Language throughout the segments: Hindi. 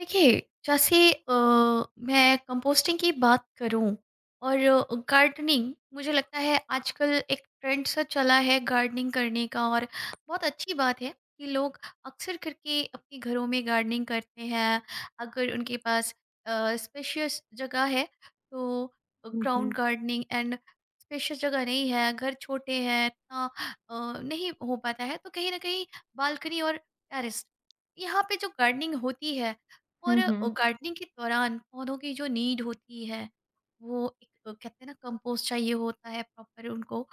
देखिए। जैसे मैं कंपोस्टिंग की बात करूं, और गार्डनिंग, मुझे लगता है आजकल एक ट्रेंड सा चला है गार्डनिंग करने का। और बहुत अच्छी बात है कि लोग अक्सर करके अपने घरों में गार्डनिंग करते हैं। अगर उनके पास स्पेशियस जगह है तो Hı ground hı. Gardening and spacious जगह नहीं है, घर छोटे हैं, इतना अ, नहीं हो पाता है, तो कहीं ना कहीं बालकनी और टेरेस यहाँ पे जो गार्डनिंग होती है, Hı और hı. गार्डनिंग के दौरान पौधों की जो नीड होती है, वो एक, कहते हैं ना, कंपोस्ट चाहिए होता है प्रॉपर उनको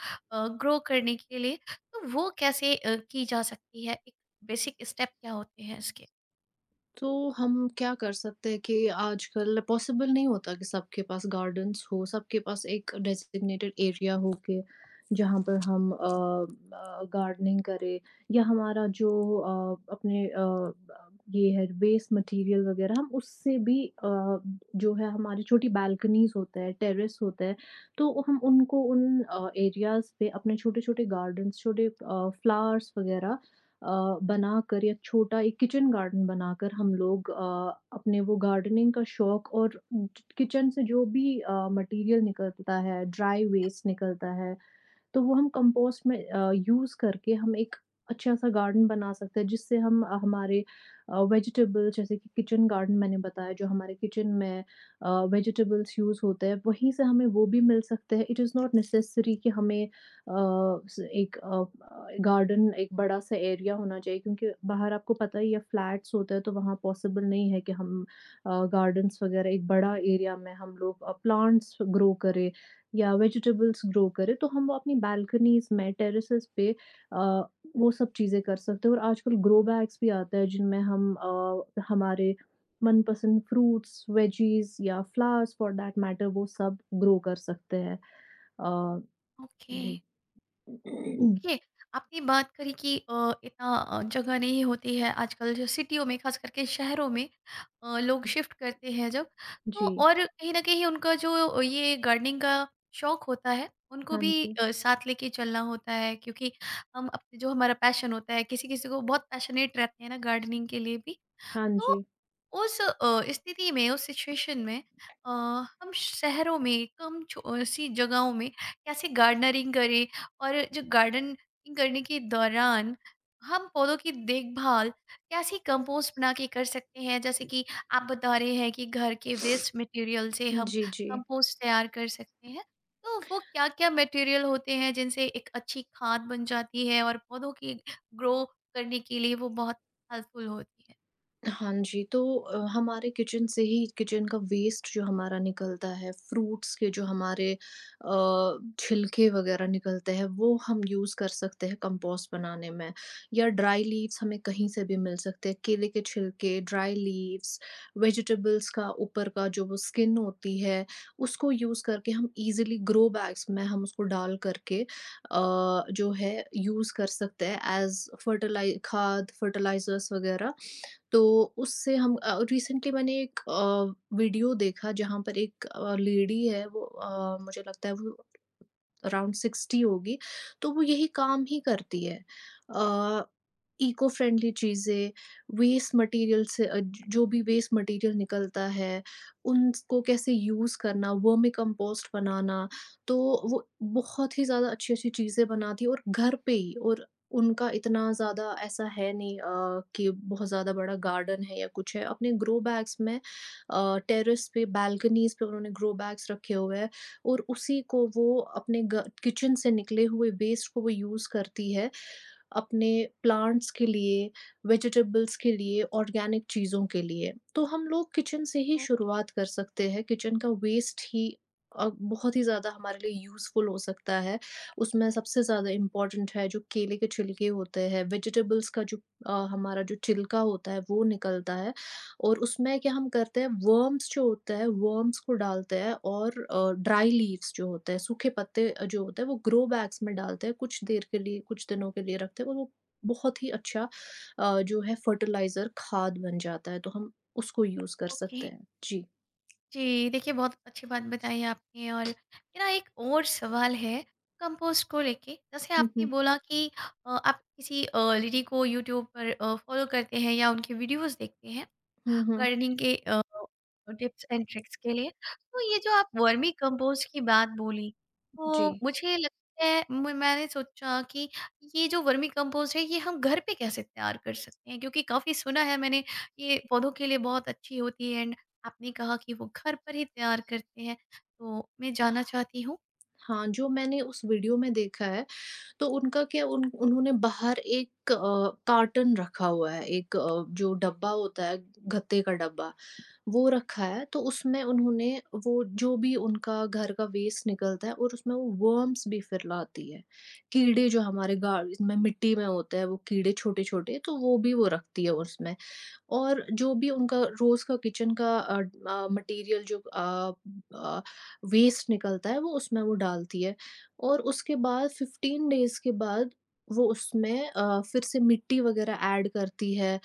ग्रो करने के लिए। तो वो कैसे की जा सकती है, एक बेसिक स्टेप क्या होते हैं इसके। तो हम क्या कर सकते हैं कि आजकल पॉसिबल नहीं होता कि सबके पास गार्डन्स हो, सबके पास एक डेज़िग्नेटेड एरिया हो के जहाँ पर हम गार्डनिंग करें या हमारा जो अपने ये है वेस्ट मटेरियल वग़ैरह हम उससे भी जो है हमारी छोटी बालकनीज़ होते हैं, टेरेस होते हैं, तो हम उनको उन एरियाज़ पे अपने छोटे-छोटे गार्डन्स, छोटे फ्लावर्स वग़ैरह बनाकर या छोटा एक किचन गार्डन बनाकर हम लोग अपने वो गार्डनिंग का शौक और किचन से जो भी मटेरियल निकलता है, ड्राई वेस्ट निकलता है तो वो हम कंपोस्ट में यूज़ करके हम एक अच्छा-सा गार्डन बना सकते हैं जिससे हम हमारे वेजिटेबल जैसे कि किचन गार्डन मैंने बताया जो हमारे किचन में वेजिटेबल्स यूज़ होते हैं, वहीं से हमें वो भी मिल सकते हैं। इट इज़ नॉट नेसेसरी कि हमें अ, स एक अ अ, गार्डन एक बड़ा-सा एरिया होना चाहिए क्योंकि बाहर आपको पता ही है फ्लैट्स होते हैं तो वहाँ पॉसिबल नहीं है कि हम गार्डन्स वगैरह एक बड़ा एरिया में हम लोग प्लांट्स ग्रो करें या वेजिटेबल्स ग्रो करें, तो हम वो अपनी बालकनीज़ में, टेरेसेस पे अ, वो सब चीज़ें कर सकते हैं और आजकल ग्रो बैग्स भी आता है जिनमें हम हमारे मनपसंद फ्रूट्स, वेजीज़ या फ्लावर्स फॉर दैट मैटर वो सब ग्रो कर सकते हैं। अ, ओके। जी। देखिए, आपने बात करी कि इतना जगह नहीं होती है आजकल जो सिटियों में, खास करके शहरों में लोग शिफ्ट करते हैं जब, तो जी, और कहीं ना कहीं उनका जो ये गार्डनिंग का शौक होता है उनको हाँ भी जी। साथ लेके चलना होता है। क्योंकि हम अपने जो हमारा पैशन होता है, किसी किसी को बहुत पैशनेट रहते हैं ना गार्डनिंग के लिए भी। हाँ तो जी। उस स्थिति में, उस सिचुएशन में हम शहरों में कम सी जगहों में कैसे गार्डनरिंग करें, और जो गार्डनिंग करने के दौरान हम पौधों की देखभाल कैसे कंपोस्ट बना के कर सकते हैं? जैसे कि आप बता रहे हैं कि घर के वेस्ट मटेरियल से हम जी, जी। कंपोस्ट तैयार कर सकते हैं, तो वो क्या क्या मटेरियल होते हैं जिनसे एक अच्छी खाद बन जाती है और पौधों की ग्रो करने के लिए वो बहुत हेल्पफुल होती है। हाँ जी, तो हमारे किचन से ही किचन का वेस्ट जो हमारा निकलता है, फ्रूट्स के जो हमारे छिलके वगैरह निकलते हैं, वो हम यूज़ कर सकते हैं कंपोस्ट बनाने में या ड्राई लीव्स हमें कहीं से भी मिल सकते हैं। केले के छिलके, ड्राई लीव्स, वेजिटेबल्स का ऊपर का जो वो स्किन होती है, उसको यूज़ करके हम ईज़िली ग्रो बैग्स में हम उसको डाल करके जो है यूज़ कर सकते हैं एज़ फर्टिलाइ खाद, फर्टिलाइज़र्स वगैरह। तो उससे हम रिसेंटली मैंने एक वीडियो देखा जहाँ पर एक लेडी है वो मुझे लगता है वो अराउंड 60 होगी, तो वो यही काम ही करती है। अ, इको फ्रेंडली चीज़ें, वेस्ट मटीरियल से अ, ज जो भी वेस्ट मटीरियल निकलता है, उनको कैसे यूज़ करना, वर्मी कंपोस्ट बनाना, तो वो बहुत ही ज़्यादा अच्छी-अच्छी चीज़ें बनाती है और घर पे ही और उनका इतना ज़्यादा ऐसा है नहीं कि बहुत ज़्यादा बड़ा गार्डन है या कुछ है। अपने ग्रो बैग्स में टेरेस पे, बालकनीज़ पे उन्होंने ग्रो बैग्स रखे हुए हैं। और उसी को वो अपने ग किचन से निकले हुए वेस्ट को वो यूज़ करती है अपने प्लांट्स के लिए, वेजिटेबल्स के लिए, ऑर्गेनिक चीज़ों के लिए। तो हम लोग किचन से ही ओके। शुरुआत कर सकते हैं, किचन का वेस्ट ही बहुत ही ज़्यादा हमारे लिए यूज़फुल हो सकता है। उसमें सबसे ज़्यादा इम्पोर्टेंट है जो केले के छिलके होते हैं, वेजिटेबल्स का जो हमारा जो छिलका होता है वो निकलता है। और उसमें क्या हम करते हैं वर्म्स जो होता है वर्म्स को डालते हैं और ड्राई लीव्स जो होते हैं सूखे पत्ते जो होते हैं वो ग्रो बैग्स में डालते हैं कुछ देर के लिए कुछ दिनों के लिए रखते हैं और वो बहुत ही अच्छा जो है फर्टिलाइज़र खाद बन जाता है तो हम उसको यूज़ कर ओके सकते हैं। जी। जी, देखिए, बहुत अच्छी बात बताई आपने, और मेरा एक और सवाल है कंपोस्ट को लेके। जैसे हुँ, आपने हुँ। बोला कि आप किसी लेडी को यूट्यूब पर फॉलो करते हैं या उनके वीडियोज़ देखते हैं। हुँ, हुँ। गार्डनिंग के टिप्स एंड ट्रिक्स के लिए। तो ये जो आप वर्मी कंपोस्ट की बात बोली, जी। तो मुझे लगता है म मैंने सोचा कि ये जो वर्मी कंपोस्ट है, ये हम घर पे कैसे तैयार कर सकते हैं? क्योंकि काफ़ी सुना है मैंने, ये पौधों के लिए बहुत अच्छी होती है। एंड आपने कहा कि वो घर पर ही तैयार करते हैं, तो मैं जानना चाहती हूँ। हाँ, जो मैंने उस वीडियो में देखा है तो उनका क्या उन उन्होंने बाहर एक कार्टन रखा हुआ है, एक जो डब्बा होता है गत्ते का डब्बा वो रखा है, तो उसमें उन्होंने वो जो भी उनका घर का वेस्ट निकलता है और उसमें वो वर्म्स भी फिर लाती है। कीड़े जो हमारे गार्डन में मिट्टी में होते हैं, वो कीड़े छोटे-छोटे, तो वो भी वो रखती है उसमें। और जो भी उनका रोज़ का किचन का मटीरियल जो अ, वेस्ट निकलता है वो उसमें वो डालती है और उसके बाद 15 डेज़ के बाद वो उसमें फिर से मिट्टी वग़ैरह ऐड करती है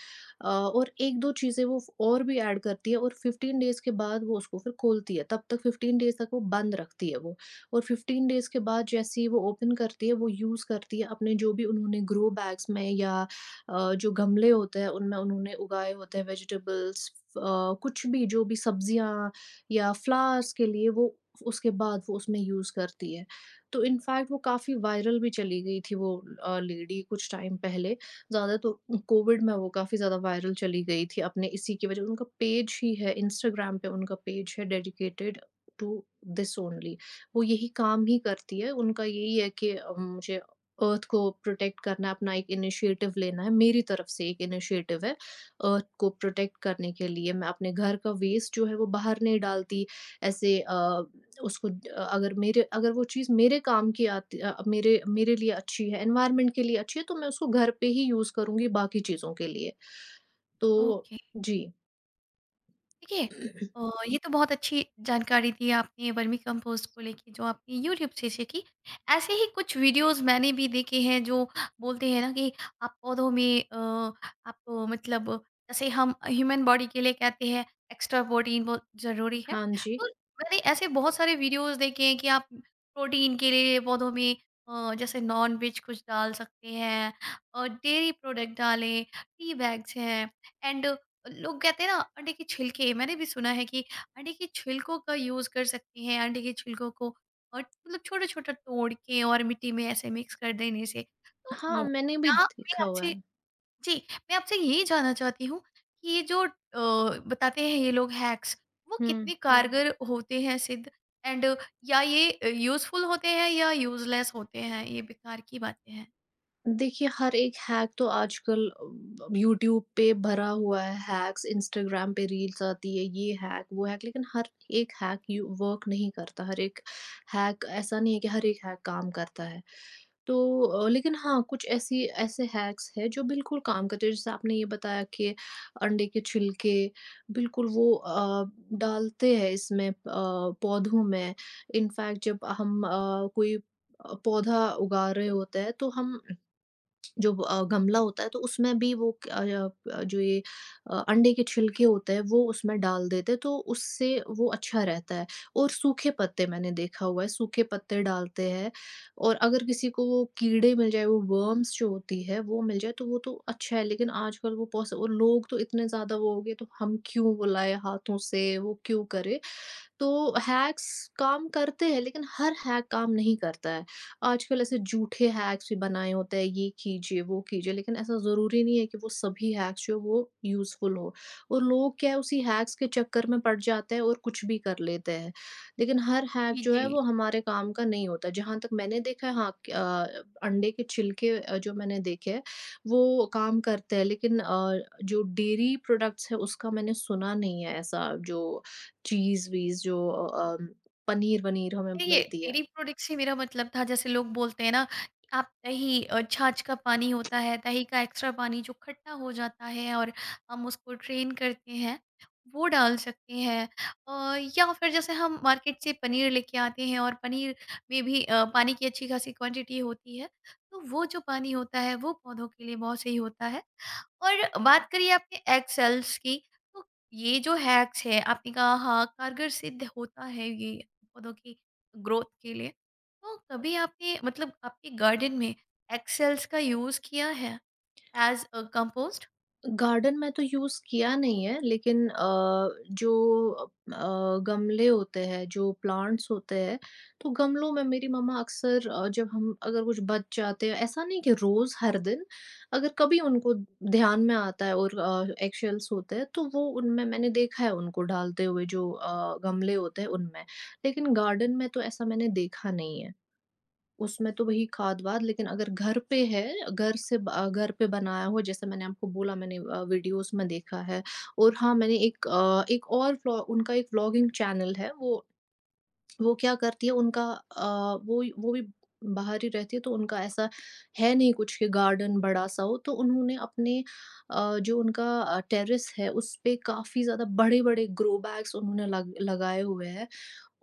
और 1-2 चीज़ें वो और भी ऐड करती है और 15 डेज़ के बाद वो उसको फिर खोलती है। तब तक 15 डेज़ तक वो बंद रखती है वो और 15 डेज़ के बाद जैसे ही वो ओपन करती है, वो यूज़ करती है अपने जो भी उन्होंने ग्रो बैग्स में या जो गमले होते हैं उनमें उन्होंने उगाए होते हैं वेजिटेबल्स अ, कुछ भी जो भी सब्जियां या फ्लावर्स के लिए वो उसके बाद वो उसमें यूज़ करती है। तो इनफैक्ट वो काफ़ी वायरल भी चली गई थी वो लेडी कुछ टाइम पहले, ज़्यादा तो कोविड में वो काफ़ी ज़्यादा वायरल चली गई थी अपने इसी की वजह उनका पेज ही है इंस्टाग्राम पे उनका पेज है डेडिकेटेड टू दिस ओनली। वो यही काम ही करती है, उनका यही है कि मुझे अर्थ को प्रोटेक्ट करना अपना एक इनिशिएटिव लेना है। मेरी तरफ से एक इनिशिएटिव है अर्थ को प्रोटेक्ट करने के लिए। मैं अपने घर का वेस्ट जो है वो बाहर नहीं डालती ऐसे उसको अगर मेरे अगर वो चीज़ मेरे काम की आती मेरे मेरे लिए अच्छी है, एनवायरनमेंट के लिए अच्छी है तो मैं उसको घर पे ही यूज़ करूँगी बाकी चीज़ों के लिए। तो ओके। जी। देखिए, अ, ये तो बहुत अच्छी जानकारी दी आपने वर्मी कंपोस्ट को लेके जो आपने यूट्यूब से सीखी। ऐसे ही कुछ वीडियोस मैंने भी देखे हैं जो बोलते हैं ना कि आप पौधों में, मतलब जैसे हम ह्यूमन बॉडी के लिए कहते हैं एक्स्ट्रा प्रोटीन बहुत ज़रूरी है, हाँ जी। तो मैंने ऐसे बहुत सारे वीडियोस देखे हैं कि आप प्रोटीन के लिए पौधों में जैसे नॉन वेज कुछ डाल सकते हैं और डेयरी प्रोडक्ट डालें, टी बैग्स हैं, एंड लोग कहते हैं ना अंडे के छिलके, मैंने भी सुना है कि अंडे के छिलकों का यूज कर सकते हैं, अंडे के छिलकों को और मतलब छोटा छोटा तोड़ के और मिट्टी में ऐसे मिक्स कर देने से। तो हाँ, मैंने भी क्या मैं देखा हुआ आपसे, है। जी, मैं आपसे ये जानना चाहती हूँ कि ये जो बताते हैं ये लोग हैक्स, वो हुँ। कितने कारगर होते हैं सिद्ध, एंड या ये यूजफुल होते हैं या यूजलेस होते हैं, ये बेकार की बातें हैं? देखिए, हर एक हैक तो आजकल यूट्यूब पे भरा हुआ है हैक्स, इंस्टाग्राम पे रील्स आती है, ये हैक, वो हैक, लेकिन हर एक हैक यू वर्क नहीं करता, हर एक हैक ऐसा नहीं है कि हर एक हैक काम करता है। तो लेकिन हाँ, कुछ ऐसी ऐसे हैक्स हैं जो बिल्कुल काम करते हैं, जैसे आपने ये बताया कि अंडे के छिलके बिल्कुल वो डालते हैं इसमें पौधों में। इनफैक्ट जब हम कोई पौधा उगा रहे होते हैं, तो हम जो गमला होता है तो उसमें भी वो जो ये अंडे के छिलके होते हैं वो उसमें डाल देते हैं तो उससे वो अच्छा रहता है और सूखे पत्ते मैंने देखा हुआ है, सूखे पत्ते डालते हैं और अगर किसी को वो कीड़े मिल जाएँ, वो वर्म्स जो होती है वो मिल जाए तो वो तो अच्छा है लेकिन आजकल वो पॉसि और लोग तो इतने ज़्यादा वो हो गए तो हम क्यों वो लाएँ हाथों से, वो क्यों करें? तो हैक्स काम करते हैं लेकिन हर हैक काम नहीं करता है। आजकल ऐसे झूठे हैक्स भी बनाए होते हैं, ये कीजिए, वो कीजिए लेकिन ऐसा ज़रूरी नहीं है कि वो सभी हैक्स जो वो यूज़फुल हो। और लोग क्या है उसी हैक्स के चक्कर में पड़ जाते हैं और कुछ भी कर लेते हैं। लेकिन हर हैक जी, जो जी। है वो हमारे काम का नहीं होता। जहाँ तक मैंने देखा है हाँ अंडे के छिलके जो मैंने देखे हैं वो काम करते हैं लेकिन जो डेयरी प्रोडक्ट्स है उसका मैंने सुना नहीं है ऐसा जो चीज़-वीज़ जो पनीर-वनीर हमें देखिए, मिलती है। डेरी प्रोडक्ट से मेरा मतलब था, जैसे लोग बोलते हैं ना कि आप दही, छाछ का पानी होता है, दही का एक्स्ट्रा पानी जो खट्टा हो जाता है और हम उसको ड्रेन करते हैं, वो डाल सकते हैं। या फिर जैसे हम मार्केट से पनीर लेके आते हैं और पनीर में भी पानी की अच्छी खासी क्वांटिटी होती है, तो वो जो पानी होता है वो पौधों के लिए बहुत सही होता है। और बात करिए आपने एक्सेल्स की, तो ये जो हैक्स है आपने कहा हाँ, कारगर सिद्ध होता है ये पौधों की ग्रोथ के लिए। तो कभी आपने, मतलब, आपके गार्डन में एक्सेल्स का यूज़ किया है एज़ अ कंपोस्ट? गार्डन में तो यूज़ किया नहीं है लेकिन जो गमले होते हैं, जो प्लांट्स होते हैं, तो गमलों में मेरी मम्मा अक्सर जब हम अगर कुछ बच जाते हैं ऐसा नहीं कि रोज़ हर दिन, अगर कभी उनको ध्यान में आता है और एगशेल्स होते हैं तो वो उनमें मैंने देखा है उनको डालते हुए जो गमले होते हैं उनमें। लेकिन गार्डन में तो ऐसा मैंने देखा नहीं है। उसमें तो वही खाद-वाद लेकिन अगर घर पे है, घर से घर पे बनाया हो जैसे मैंने आपको बोला मैंने वीडियोज़ में देखा है और हाँ, मैंने एक अ, एक और व्लॉ उनका एक व्लॉगिंग चैनल है वो क्या करती है उनका वो ही वो भी बाहर ही रहती है तो उनका ऐसा है नहीं कुछ कि गार्डन बड़ा-सा हो तो उन्होंने अपने जो उनका टेरेस है उसपे काफ़ी ज़्यादा बड़े-बड़े ग्रो बैग्स उन्होंने लग लगाए हुए हैं।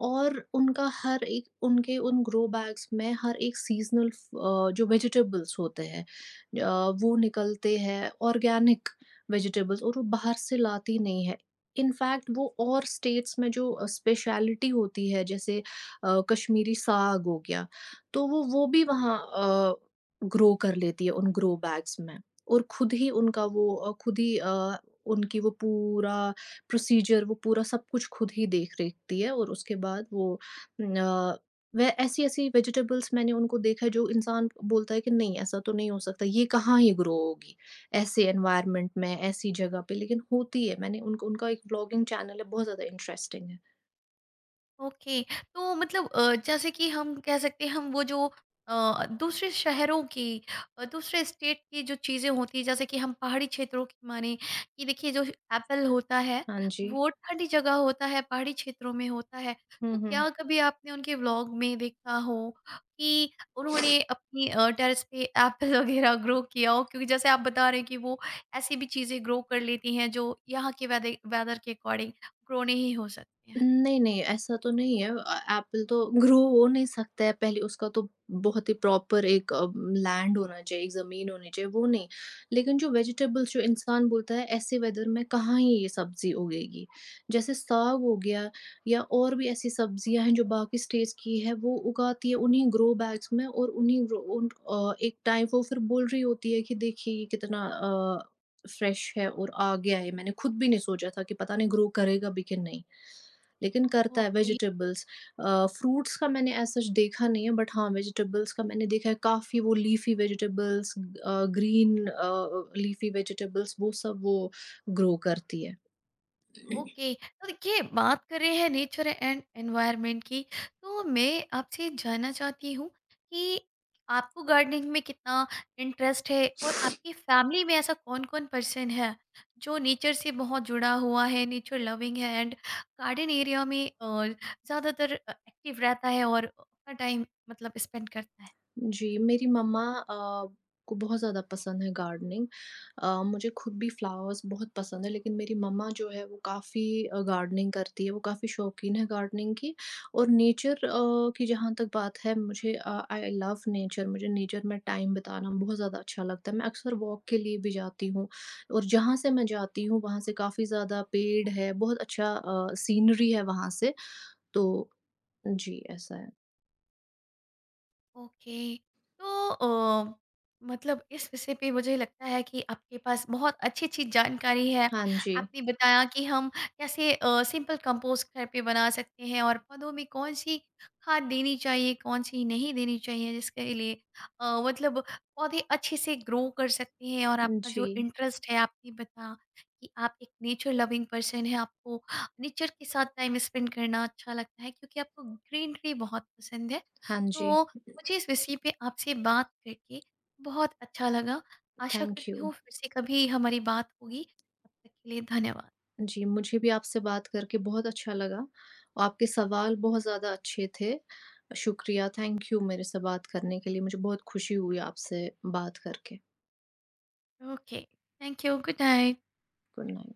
और उनका हर एक उनके उन ग्रो बैग्स में हर एक सीज़नल जो वेजिटेबल्स होते हैं वो निकलते हैं ऑर्गेनिक वेजिटेबल्स और वो बाहर से लाती नहीं है। इनफैक्ट वो और स्टेट्स में जो स्पेशलिटी होती है जैसे कश्मीरी साग हो गया, तो वो भी वहाँ ग्रो कर लेती है उन ग्रो बैग्स में और खुद ही उनका वो खुद ही उनकी वो पूरा प्रोसीजर वो पूरा सब कुछ खुद ही देख-रेखती है और उसके बाद वो वह ऐसी-ऐसी वेजिटेबल्स मैंने उनको देखा है जो इंसान बोलता है कि नहीं ऐसा तो नहीं हो सकता, ये कहाँ ही ग्रो होगी, ऐसे एनवायरनमेंट में, ऐसी जगह पे लेकिन होती है मैंने उनको उनका एक ब्लॉगिंग चैनल है बहुत ज़्यादा इंटरेस्टिंग है। ओके। तो मतलब जैसे कि हम कह सकते हैं, हम वो जो दूसरे शहरों की, दूसरे स्टेट की जो चीज़ें होती है, जैसे कि हम पहाड़ी क्षेत्रों की माने कि, देखिए, जो एप्पल होता है हाँ जी। वो ठंडी जगह होता है, पहाड़ी क्षेत्रों में होता है, हुँ, तो हुँ। क्या कभी आपने उनके व्लॉग में देखा हो कि उन्होंने अपनी टेरेस पे एप्पल वगैरह ग्रो किया हो? क्योंकि जैसे आप बता रहे हैं कि वो ऐसी भी चीज़ें ग्रो कर लेती हैं जो यहाँ के वेदर वेदर के अकॉर्डिंग ग्रो नहीं हो सकते हैं। नहीं, नहीं, ऐसा तो नहीं है एप्पल तो ग्रो हो नहीं सकता है, पहले उसका तो बहुत ही प्रॉपर एक लैंड होना चाहिए, एक ज़मीन होनी चाहिए, वो नहीं। लेकिन जो वेजिटेबल्स जो इंसान बोलता है ऐसे वेदर में कहाँ ही ये सब्ज़ी उगेगी? जैसे साग हो गया या और भी ऐसी सब्ज़ियाँ हैं जो बाकी स्टेट्स की है, वो उगाती है उन्हीं ग्रो बैग्स में और उन्हीं ग्रो उन एक टाइम वो फिर बोल रही होती है कि देखिए ये कितना फ्रेश है और आ गया है, मैंने खुद भी नहीं सोचा था कि पता नहीं ग्रो करेगा भी कि नहीं। लेकिन करता है ओके। वेजिटेबल्स फ्रूट्स का मैंने एज़ सच देखा नहीं है बट हाँ, वेजिटेबल्स का मैंने देखा है काफ़ी वो leafy vegetables green leafy vegetables वो सब वो ग्रो करती है। ओके, तो देखिए, बात कर रहे हैं नेचर एंड एनवायरनमेंट की, तो मैं आपसे जानना चाहती हूँ कि आपको गार्डनिंग में कितना इंटरेस्ट है, और आपकी फैमिली में ऐसा कौन कौन पर्सन है जो नेचर से बहुत जुड़ा हुआ है, नेचर लविंग है, एंड गार्डन एरिया में ज़्यादातर एक्टिव रहता है और अपना टाइम मतलब स्पेंड करता है। जी, मेरी मम्मा को बहुत ज़्यादा पसंद है गार्डनिंग। मुझे खुद भी फ्लावर्स बहुत पसंद है लेकिन मेरी मम्मा जो है वो काफ़ी गार्डनिंग करती है, वो काफ़ी शौकीन है गार्डनिंग की और नेचर की जहाँ तक बात है मुझे आई लव नेचर मुझे नेचर में टाइम बिताना बहुत ज़्यादा अच्छा लगता है। मैं अक्सर वॉक के लिए भी जाती हूँ और जहाँ से मैं जाती हूँ वहाँ से काफ़ी ज़्यादा पेड़ है, बहुत अच्छा सीनरी है वहाँ से। तो जी, ऐसा है। ओके। तो मतलब इस विषय पे मुझे लगता है कि आपके पास बहुत अच्छी अच्छी जानकारी है। हाँ जी। आपने बताया कि हम कैसे सिंपल कंपोस्ट घर पे बना सकते हैं, और पौधों में कौन सी खाद देनी चाहिए, कौन सी नहीं देनी चाहिए जिसके लिए, मतलब, पौधे अच्छे से ग्रो कर सकते हैं। और आपका जी। जो इंटरेस्ट है, आपने बताया कि आप एक नेचर लविंग पर्सन है, आपको नेचर के साथ टाइम स्पेंड करना अच्छा लगता है क्योंकि आपको ग्रीनरी बहुत पसंद है। हाँ जी। तो मुझे इस विषय पे आपसे बात करके बहुत अच्छा लगा। आशा थैंक करती यू। हूँ फिर से कभी हमारी बात होगी। तब तक के लिए धन्यवाद। जी, मुझे भी आपसे बात करके बहुत अच्छा लगा। आपके सवाल बहुत ज़्यादा अच्छे थे। शुक्रिया, थैंक यू मेरे से बात करने के लिए। मुझे बहुत खुशी हुई आपसे बात करके। Okay, thank you, good night. Good night.